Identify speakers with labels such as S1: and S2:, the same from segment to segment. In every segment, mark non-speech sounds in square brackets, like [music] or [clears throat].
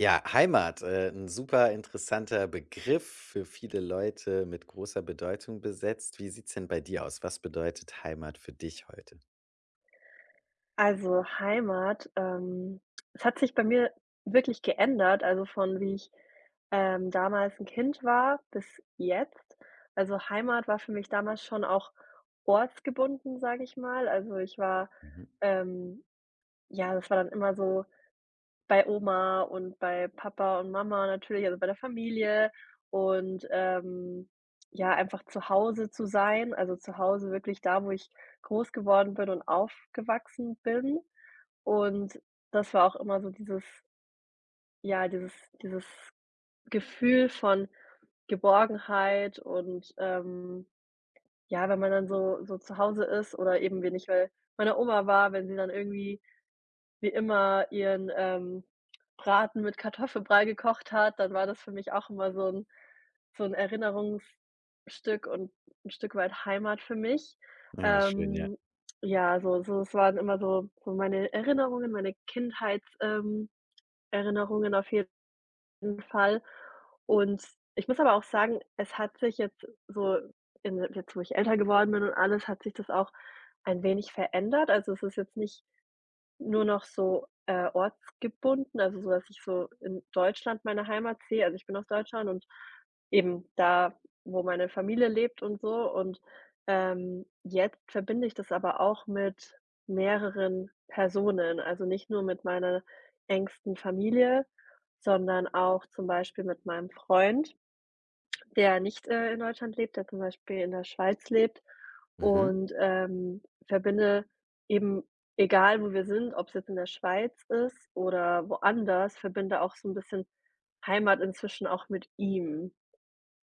S1: Ja, Heimat, 'n super interessanter Begriff, für viele Leute mit großer Bedeutung besetzt. Wie sieht's denn bei dir aus? Was bedeutet Heimat für dich heute?
S2: Also, Heimat, es hat sich bei mir wirklich geändert, also von wie ich, damals ein Kind war bis jetzt. Also, Heimat war für mich damals schon auch ortsgebunden, sage ich mal. Also, ich war
S1: Mhm.
S2: ähm, ja, das war dann immer so bei Oma und bei Papa und Mama natürlich, also bei der Familie und, ja, einfach zu Hause zu sein, also zu Hause wirklich da, wo ich groß geworden bin und aufgewachsen bin. Und das war auch immer so dieses ja, dieses dieses Gefühl von Geborgenheit und, ja, wenn man dann so zu Hause ist oder eben wenig, weil meine Oma, war, wenn sie dann irgendwie wie immer ihren, Braten mit Kartoffelbrei gekocht hat, dann war das für mich auch immer so 'n Erinnerungsstück und 'n Stück weit Heimat für mich.
S1: Ja, schön, ja.
S2: Ähm, ja, so es waren immer so meine Erinnerungen, meine Kindheits Erinnerungen auf jeden Fall. Und ich muss aber auch sagen, es hat sich jetzt wo ich älter geworden bin und alles, hat sich das auch ein wenig verändert. Also, es ist jetzt nicht nur noch so, ortsgebunden, also so, dass ich so in Deutschland meine Heimat sehe. Also, ich bin aus Deutschland und eben da, wo meine Familie lebt und so. Und, jetzt verbinde ich das aber auch mit mehreren Personen, also nicht nur mit meiner engsten Familie, sondern auch zum Beispiel mit meinem Freund, der nicht, in Deutschland lebt, der zum Beispiel in der Schweiz lebt.
S1: Mhm.
S2: Und, verbinde eben, egal wo wir sind, ob es jetzt in der Schweiz ist oder woanders, verbinde auch so ein bisschen Heimat inzwischen auch mit ihm.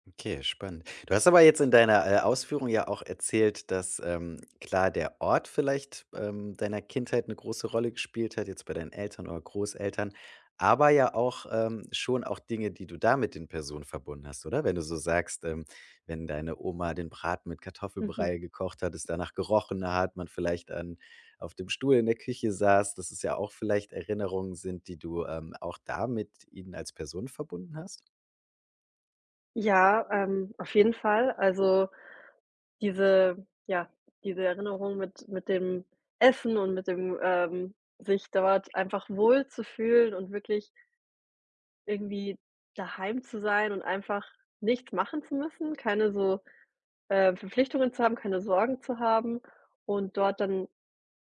S1: Okay, spannend. Du hast aber jetzt in deiner, Ausführung ja auch erzählt, dass, klar, der Ort vielleicht, deiner Kindheit eine große Rolle gespielt hat, jetzt bei deinen Eltern oder Großeltern, aber ja auch, schon auch Dinge, die du da mit den Personen verbunden hast, oder? Wenn du so sagst, wenn deine Oma den Braten mit
S2: Mhm.
S1: Kartoffelbrei gekocht hat, es danach gerochen hat, man vielleicht an auf dem Stuhl in der Küche saß, dass es ja auch vielleicht Erinnerungen sind, die du, auch da mit ihnen als Person verbunden hast?
S2: Ja, auf jeden Fall. Also, diese ja, diese Erinnerung mit dem Essen und mit dem, sich dort einfach wohl zu fühlen und wirklich irgendwie daheim zu sein und einfach nichts machen zu müssen, keine Verpflichtungen zu haben, keine Sorgen zu haben und dort dann,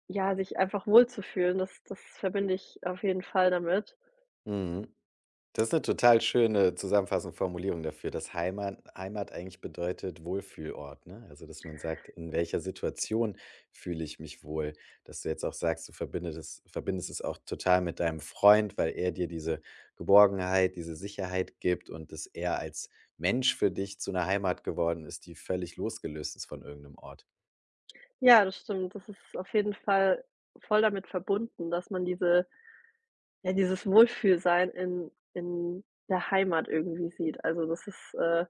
S2: ja, sich einfach wohlzufühlen. Das verbinde ich auf jeden Fall damit.
S1: Mhm. Das ist eine total schöne zusammenfassende Formulierung dafür, dass Heimat eigentlich bedeutet Wohlfühlort, ne? Also, dass man sagt: „In welcher Situation fühle ich mich wohl?“ Dass du jetzt auch sagst, es verbindest es auch total mit deinem Freund, weil er dir diese Geborgenheit, diese Sicherheit gibt und dass er als Mensch für dich zu einer Heimat geworden ist, die völlig losgelöst ist von irgendeinem Ort.
S2: Ja, das stimmt. Das ist auf jeden Fall voll damit verbunden, dass man dieses Wohlfühlsein in der Heimat irgendwie sieht. Also,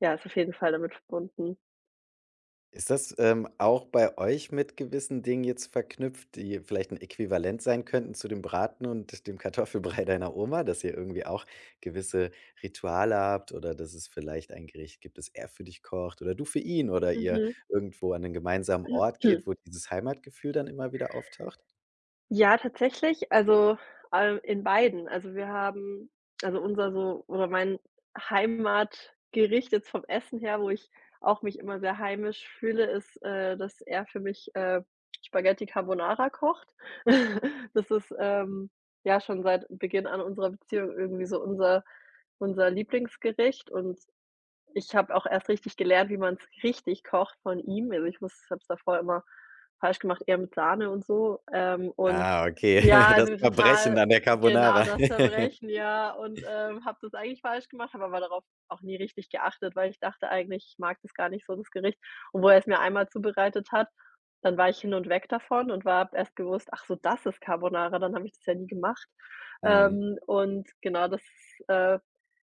S2: ja, ist auf jeden Fall damit verbunden.
S1: Ist das, auch bei euch mit gewissen Dingen jetzt verknüpft, die vielleicht ein Äquivalent sein könnten zu dem Braten und dem Kartoffelbrei [laughs] deiner Oma, dass ihr irgendwie auch gewisse Rituale habt oder dass es vielleicht ein Gericht gibt, das er für dich kocht oder du für ihn oder ihr
S2: Mhm.
S1: irgendwo an 'nen gemeinsamen Ort geht, wo
S2: [clears throat]
S1: dieses Heimatgefühl dann immer wieder auftaucht?
S2: Ja, tatsächlich, also, in beiden. Also, wir haben also, unser so oder mein Heimatgericht jetzt vom Essen her, wo ich auch mich immer sehr heimisch fühle, ist, dass er für mich, Spaghetti Carbonara kocht. [laughs] Das ist, ja, schon seit Beginn an unserer Beziehung irgendwie so unser Lieblingsgericht und ich habe auch erst richtig gelernt, wie man es richtig kocht von ihm. Also, ich muss habe es davor immer falsch gemacht, eher mit Sahne und so. Und,
S1: Ah, okay,
S2: ja,
S1: [laughs] das
S2: also
S1: Verbrechen
S2: total
S1: an der
S2: genau
S1: Carbonara.
S2: das
S1: [laughs]
S2: Verbrechen, ja. Und, habe das eigentlich falsch gemacht, habe aber darauf auch nie richtig geachtet, weil ich dachte eigentlich, ich mag das gar nicht so, das Gericht. Und wo er es mir einmal zubereitet hat, dann war ich hin und weg davon und war habe erst gewusst: „Ach so, das ist Carbonara", dann habe ich das ja nie gemacht.
S1: Mhm.
S2: Und genau das, ist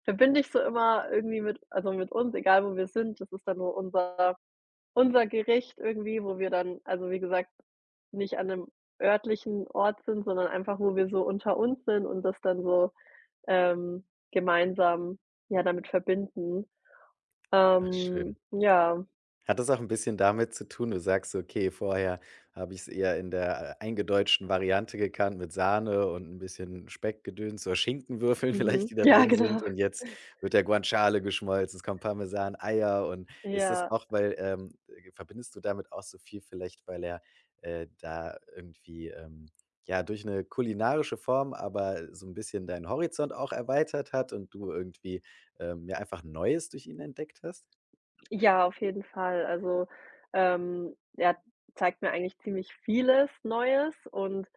S2: Verbinde ich so immer irgendwie mit uns, egal wo wir sind. Das ist dann nur unser Gericht irgendwie, wo wir dann also, wie gesagt, nicht an einem örtlichen Ort sind, sondern einfach, wo wir so unter uns sind und das dann so, ähm, gemeinsam, ja, damit verbinden.
S1: Ach schön.
S2: Ja,
S1: Hat das auch ein bisschen damit zu tun du sagst so: „Okay, vorher habe ich es eher in der, eingedeutschten Variante gekannt mit Sahne und ein bisschen Speckgedöns oder Schinkenwürfeln [laughs] vielleicht,
S2: mhm.
S1: die da
S2: [laughs] Ja,
S1: drin sind
S2: genau.
S1: und jetzt wird der Guanciale geschmolzen, es kommt Parmesan, Eier“ und ist das
S2: Ja.
S1: auch weil, verbindest du damit auch so viel vielleicht, weil er, da irgendwie, ja, durch eine kulinarische Form, aber so ein bisschen deinen Horizont auch erweitert hat und du irgendwie, ja, einfach Neues durch ihn entdeckt hast?
S2: Ja, auf jeden Fall. Also, er zeigt mir eigentlich ziemlich vieles Neues und,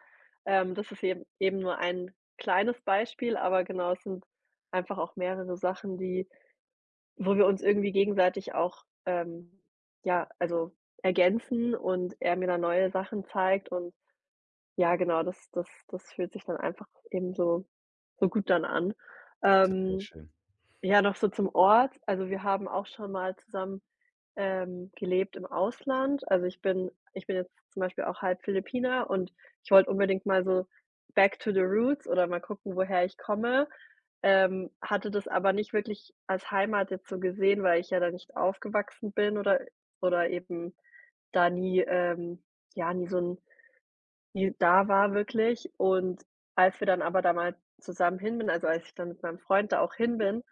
S2: Das ist eben nur ein kleines Beispiel, aber genau, es sind einfach auch mehrere Sachen, die wo wir uns irgendwie gegenseitig auch, ja, also, ergänzen und er mir da neue Sachen zeigt und ja, genau, das fühlt sich dann einfach eben so gut dann an.
S1: Total
S2: Ähm,
S1: schön.
S2: ja, noch so zum Ort. Also, wir haben auch schon mal zusammen, gelebt im Ausland. Also, ich bin jetzt zum Beispiel auch halb Philippiner und ich wollte unbedingt mal so back to the roots oder mal gucken, woher ich komme, hatte das aber nicht wirklich als Heimat jetzt so gesehen, weil ich ja da nicht aufgewachsen bin oder eben da nie ja, nie so ein nie da war wirklich. Und als wir dann aber da mal zusammen als ich dann mit meinem Freund da auch hin bin,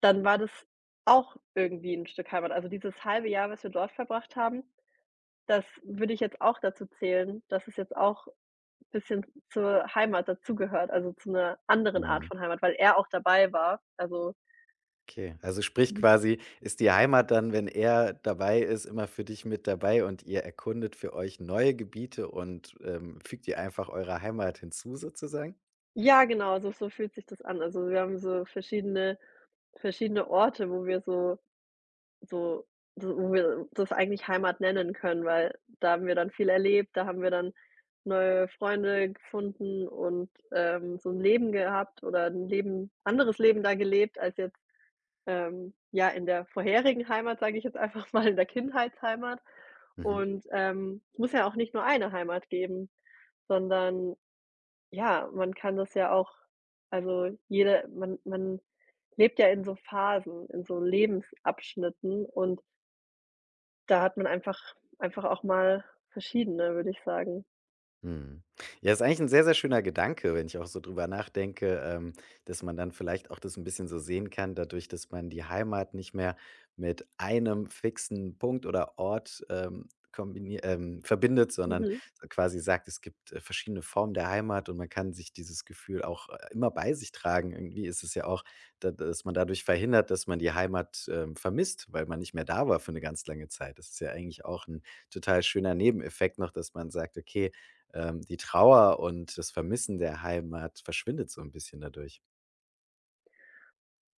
S2: dann war das auch irgendwie 'n Stück Heimat. Also, dieses halbe Jahr, was wir dort verbracht haben, das würde ich jetzt auch dazu zählen, dass es jetzt auch bisschen zur Heimat dazugehört, also, zu 'ner anderen Art
S1: Mhm.
S2: von Heimat, weil er auch dabei war. Also.
S1: Okay, also sprich
S2: Mhm.
S1: quasi, ist die Heimat dann, wenn er dabei ist, immer für dich mit dabei und ihr erkundet für euch neue Gebiete und, fügt ihr einfach eure Heimat hinzu sozusagen?
S2: Ja, genau, so fühlt sich das an. Also, wir haben so verschiedene Orte, wo wir so So so wo wir das eigentlich Heimat nennen können, weil da haben wir dann viel erlebt, da haben wir dann neue Freunde gefunden und, so ein Leben gehabt oder ein Leben anderes Leben da gelebt als jetzt, ja, in der vorherigen Heimat, sage ich jetzt einfach [laughs] mal, in der Kindheitsheimat.
S1: Mhm.
S2: Und, es muss ja auch nicht nur eine Heimat geben, sondern ja, man kann das ja auch also jede man man lebt ja in so Phasen, in so Lebensabschnitten und da hat man einfach auch mal verschiedene, würde ich sagen.
S1: Mhm. Ja, ist eigentlich ein sehr, sehr schöner Gedanke, wenn ich auch so drüber nachdenke, dass man dann vielleicht auch das ein bisschen so sehen kann, dadurch, dass man die Heimat nicht mehr mit einem fixen Punkt oder Ort, kombini verbindet, sondern
S2: Mhm.
S1: so quasi sagt, es gibt, verschiedene Formen der Heimat und man kann sich dieses Gefühl auch, immer bei sich tragen. Irgendwie ist es ja auch, da dass man dadurch verhindert, dass man die Heimat, vermisst, weil man nicht mehr da war für eine ganz lange Zeit. Das ist ja eigentlich auch ein total schöner Nebeneffekt noch, dass man sagt: „Okay, die Trauer und das Vermissen der Heimat verschwindet so ein bisschen dadurch.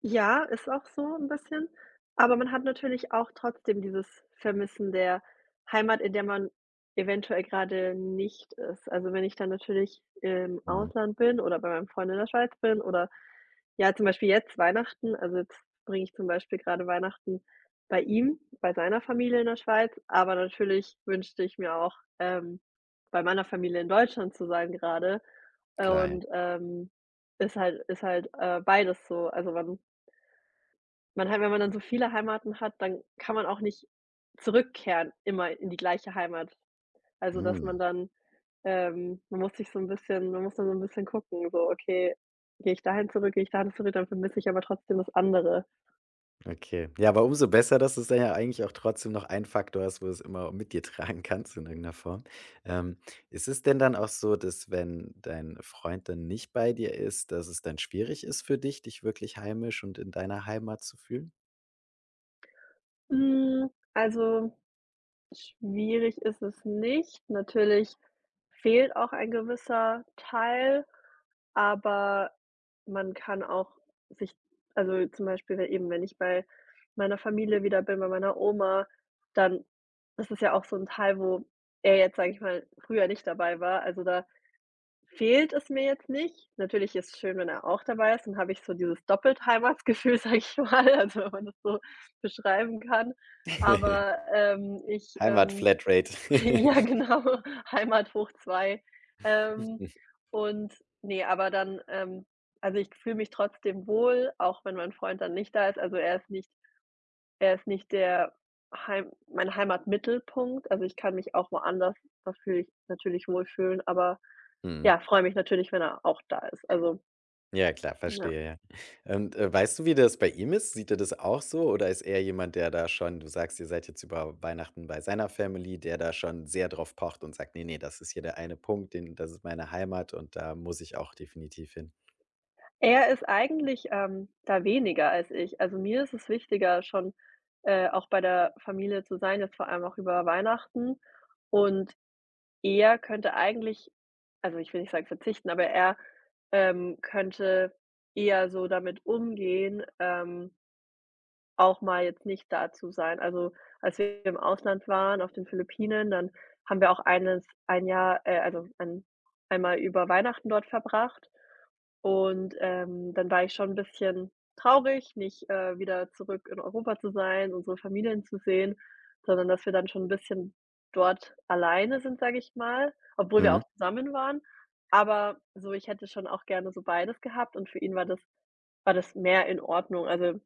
S2: Ja, ist auch so 'n bisschen, aber man hat natürlich auch trotzdem dieses Vermissen der Heimat, in der man eventuell grade nicht ist. Also, wenn ich dann natürlich im
S1: Mhm,
S2: Ausland bin oder bei meinem Freund in der Schweiz bin oder ja, zum Beispiel jetzt Weihnachten, also, jetzt bringe ich zum Beispiel gerade Weihnachten bei ihm, bei seiner Familie in der Schweiz, aber natürlich wünschte ich mir auch, bei meiner Familie in Deutschland zu sein gerade.
S1: klar, ja.
S2: Und, ist halt beides so. Also, man halt, wenn man dann so viele Heimaten hat, dann kann man auch nicht zurückkehren immer in die gleiche Heimat. Also, dass man
S1: Mhm,
S2: dann man muss dann so 'n bisschen gucken, so: „Okay, gehe ich dahin zurück, gehe ich dahin zurück, dann vermisse ich aber trotzdem das andere."
S1: okay. Ja, aber umso besser, dass es dann ja eigentlich auch trotzdem noch ein Faktor ist, wo du es immer mit dir [laughs] tragen kannst in irgendeiner Form. Ähm, ist es denn dann auch so, dass wenn dein Freund dann nicht bei dir ist, dass es dann schwierig ist für dich, dich wirklich heimisch und in deiner Heimat zu fühlen?
S2: Also, schwierig ist es nicht. Natürlich fehlt auch ein gewisser Teil, aber man kann auch sich, also, zum Beispiel eben, wenn ich bei meiner Familie wieder bin, bei meiner Oma, dann das ist ja auch so 'n Teil, wo er jetzt, sage ich mal, früher nicht dabei war. Also, da fehlt es mir jetzt nicht. Natürlich ist es schön, wenn er auch dabei ist, dann habe ich so dieses doppelt Heimatsgefühl, sage [laughs] ich mal, also wenn man das so beschreiben kann. Aber,
S1: [laughs]
S2: ich,
S1: Heimat-Flatrate.
S2: [laughs] ja genau, Heimat hoch 2. Ähm,
S1: [laughs]
S2: und nee aber dann, also ich fühle mich trotzdem wohl, auch wenn mein Freund dann nicht da ist. Also, er ist nicht der Heim mein Heimatmittelpunkt. Also, ich kann mich auch woanders natürlich wohlfühlen, aber
S1: Mhm.
S2: ja, freue mich natürlich, wenn er auch da ist. Also,
S1: Ja klar,
S2: ja.
S1: verstehe, ja. Und, weißt du, wie das bei ihm ist? Sieht er das auch so oder ist er jemand, der da schon du sagst, ihr seid jetzt über Weihnachten bei seiner Family, der da schon sehr drauf pocht und sagt: nee nee das ist hier der eine Punkt, den das ist meine Heimat und da muss ich auch definitiv hin.“
S2: Er ist eigentlich, da weniger als ich. Also, mir ist es wichtiger, schon, auch bei der Familie zu sein, jetzt vor allem auch über Weihnachten. Und er könnte eigentlich, also, ich will nicht sagen verzichten, aber er, könnte eher so damit umgehen, auch mal jetzt nicht da zu sein. Also, als wir im Ausland waren, auf den Philippinen, dann haben wir auch eines ein Jahr also, ein einmal über Weihnachten dort verbracht und, dann war ich schon ein bisschen traurig, nicht, wieder zurück in Europa zu sein, unsere Familien zu sehen, sondern dass wir dann schon ein bisschen dort alleine sind, sage ich mal, obwohl wir
S1: Mhm.
S2: auch zusammen waren. Aber so, ich hätte schon auch gerne so beides gehabt und für ihn war das mehr in Ordnung. Also,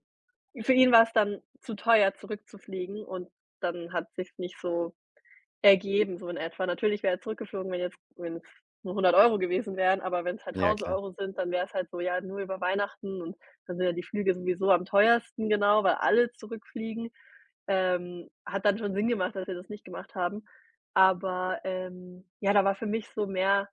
S2: für ihn war's dann zu teuer, zurückzufliegen und dann hat sich's nicht so ergeben, so in etwa. Natürlich wäre er zurückgeflogen, wenn jetzt wenn's nur 100 Euro gewesen wären, aber wenn's halt
S1: Ja,
S2: 1.000
S1: klar.
S2: Euro sind, dann wär's halt so, ja, nur über Weihnachten und dann sind ja die Flüge sowieso am teuersten, genau, weil alle zurückfliegen. Hat dann schon Sinn gemacht, dass wir das nicht gemacht haben. Aber, ja, da war für mich so mehr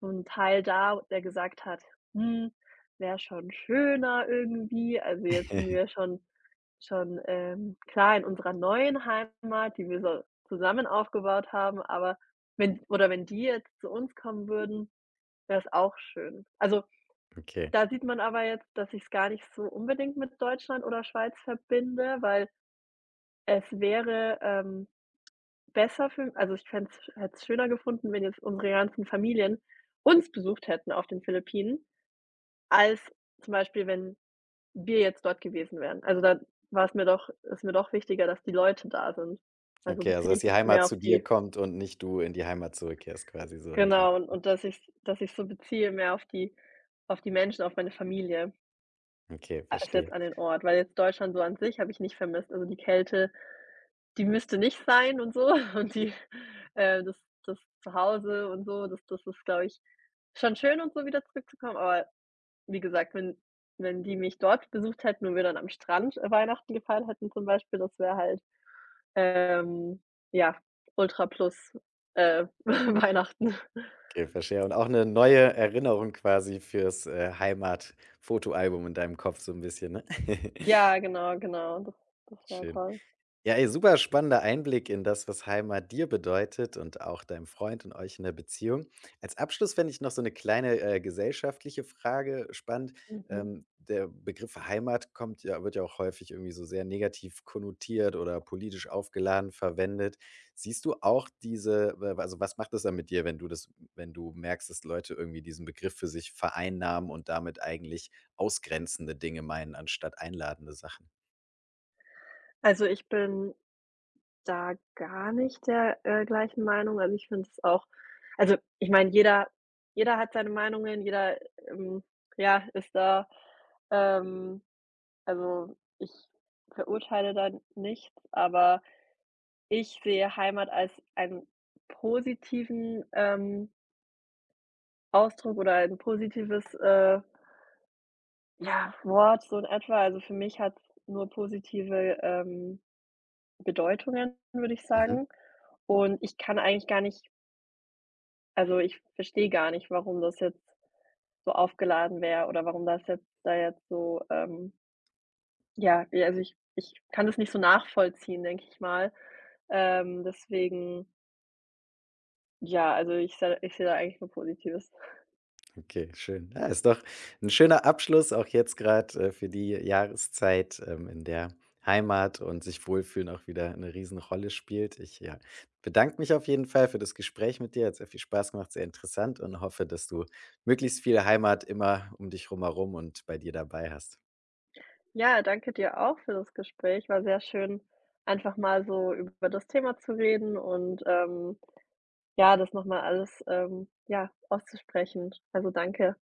S2: so 'n Teil da, der gesagt hat: „Hm, Wäre schon schöner irgendwie." Also, jetzt sind wir
S1: [laughs]
S2: schon klar in unserer neuen Heimat, die wir so zusammen aufgebaut haben, aber wenn die jetzt zu uns kommen würden, wäre es auch schön. Also,
S1: Okay.
S2: da sieht man aber jetzt, dass ich es gar nicht so unbedingt mit Deutschland oder Schweiz verbinde, weil es wäre, besser für also, ich fände es hätte's schöner gefunden, wenn jetzt unsere ganzen Familien uns besucht hätten auf den Philippinen, als zum Beispiel, wenn wir jetzt dort gewesen wären. Also, da war es mir doch ist mir doch wichtiger, dass die Leute da sind. Also,
S1: Okay, also
S2: beziehe
S1: dass
S2: ich
S1: die
S2: das
S1: Heimat
S2: mehr auf
S1: zu dir
S2: die.
S1: kommt und nicht du in die Heimat zurückkehrst quasi so in die
S2: Genau, und dass ich so, beziehe mehr auf die, Menschen, auf meine Familie,
S1: okay,
S2: als jetzt
S1: verstehe.
S2: an den Ort. Weil jetzt Deutschland so an sich habe ich nicht vermisst. Also, die Kälte, die müsste nicht sein und so [laughs] und die das Zuhause und so, das ist, glaube ich, schon schön und so wieder zurückzukommen. Aber wie gesagt, wenn die mich dort besucht hätten und wir dann am Strand Weihnachten gefeiert hätten zum Beispiel, das wäre halt Ähm, ja, Ultra Plus, äh, [laughs] Weihnachten.
S1: Okay, verstehe. Und auch eine neue Erinnerung quasi fürs, Fotoalbum in deinem Kopf so ein bisschen, ne? [laughs]
S2: Ja, genau, genau, das war
S1: Schön.
S2: toll.
S1: Ja, ey, super spannender Einblick in das, was Heimat dir bedeutet und auch deinem Freund und euch in der Beziehung. Als Abschluss fände ich noch so eine kleine, gesellschaftliche Frage spannend.
S2: Mhm.
S1: Der Begriff Heimat kommt ja wird ja auch häufig irgendwie so sehr negativ konnotiert oder politisch aufgeladen verwendet. Siehst du auch diese w also, was macht das dann mit dir, wenn du das wenn du merkst, dass Leute irgendwie diesen Begriff für sich vereinnahmen und damit eigentlich ausgrenzende Dinge meinen anstatt einladende Sachen?
S2: Also, ich bin da gar nicht der, gleichen Meinung. Also, ich finde es auch, also, ich meine, jeder hat seine Meinungen, jeder, ähm, ja, ist da ähm, also, ich verurteile da nichts, aber ich sehe Heimat als einen positiven, Ausdruck oder ein positives, ja, Wort, so in etwa. Also, für mich hat's nur positive, Bedeutungen, würde ich
S1: Mhm.
S2: sagen. Und ich kann eigentlich gar nicht, also, ich verstehe gar nicht, warum das jetzt so aufgeladen wäre oder warum das jetzt da jetzt so, ja, ja, also, ich kann das nicht so nachvollziehen, denke ich mal. Deswegen, ja, also, ich sehe da eigentlich nur Positives.
S1: Okay, schön. Ja, ist doch ein schöner Abschluss, auch jetzt gerade für die Jahreszeit, in der Heimat und sich wohlfühlen auch wieder 'ne Riesenrolle spielt. Ich, ja, bedanke mich auf jeden Fall für das Gespräch mit dir. Hat sehr viel Spaß gemacht, sehr interessant und hoffe, dass du möglichst viel Heimat immer um dich rumherum und bei dir dabei hast.
S2: Ja, danke dir auch für das Gespräch. War sehr schön, einfach mal so über das Thema zu reden und, ja, das noch mal alles, ja, auszusprechen. Also, danke.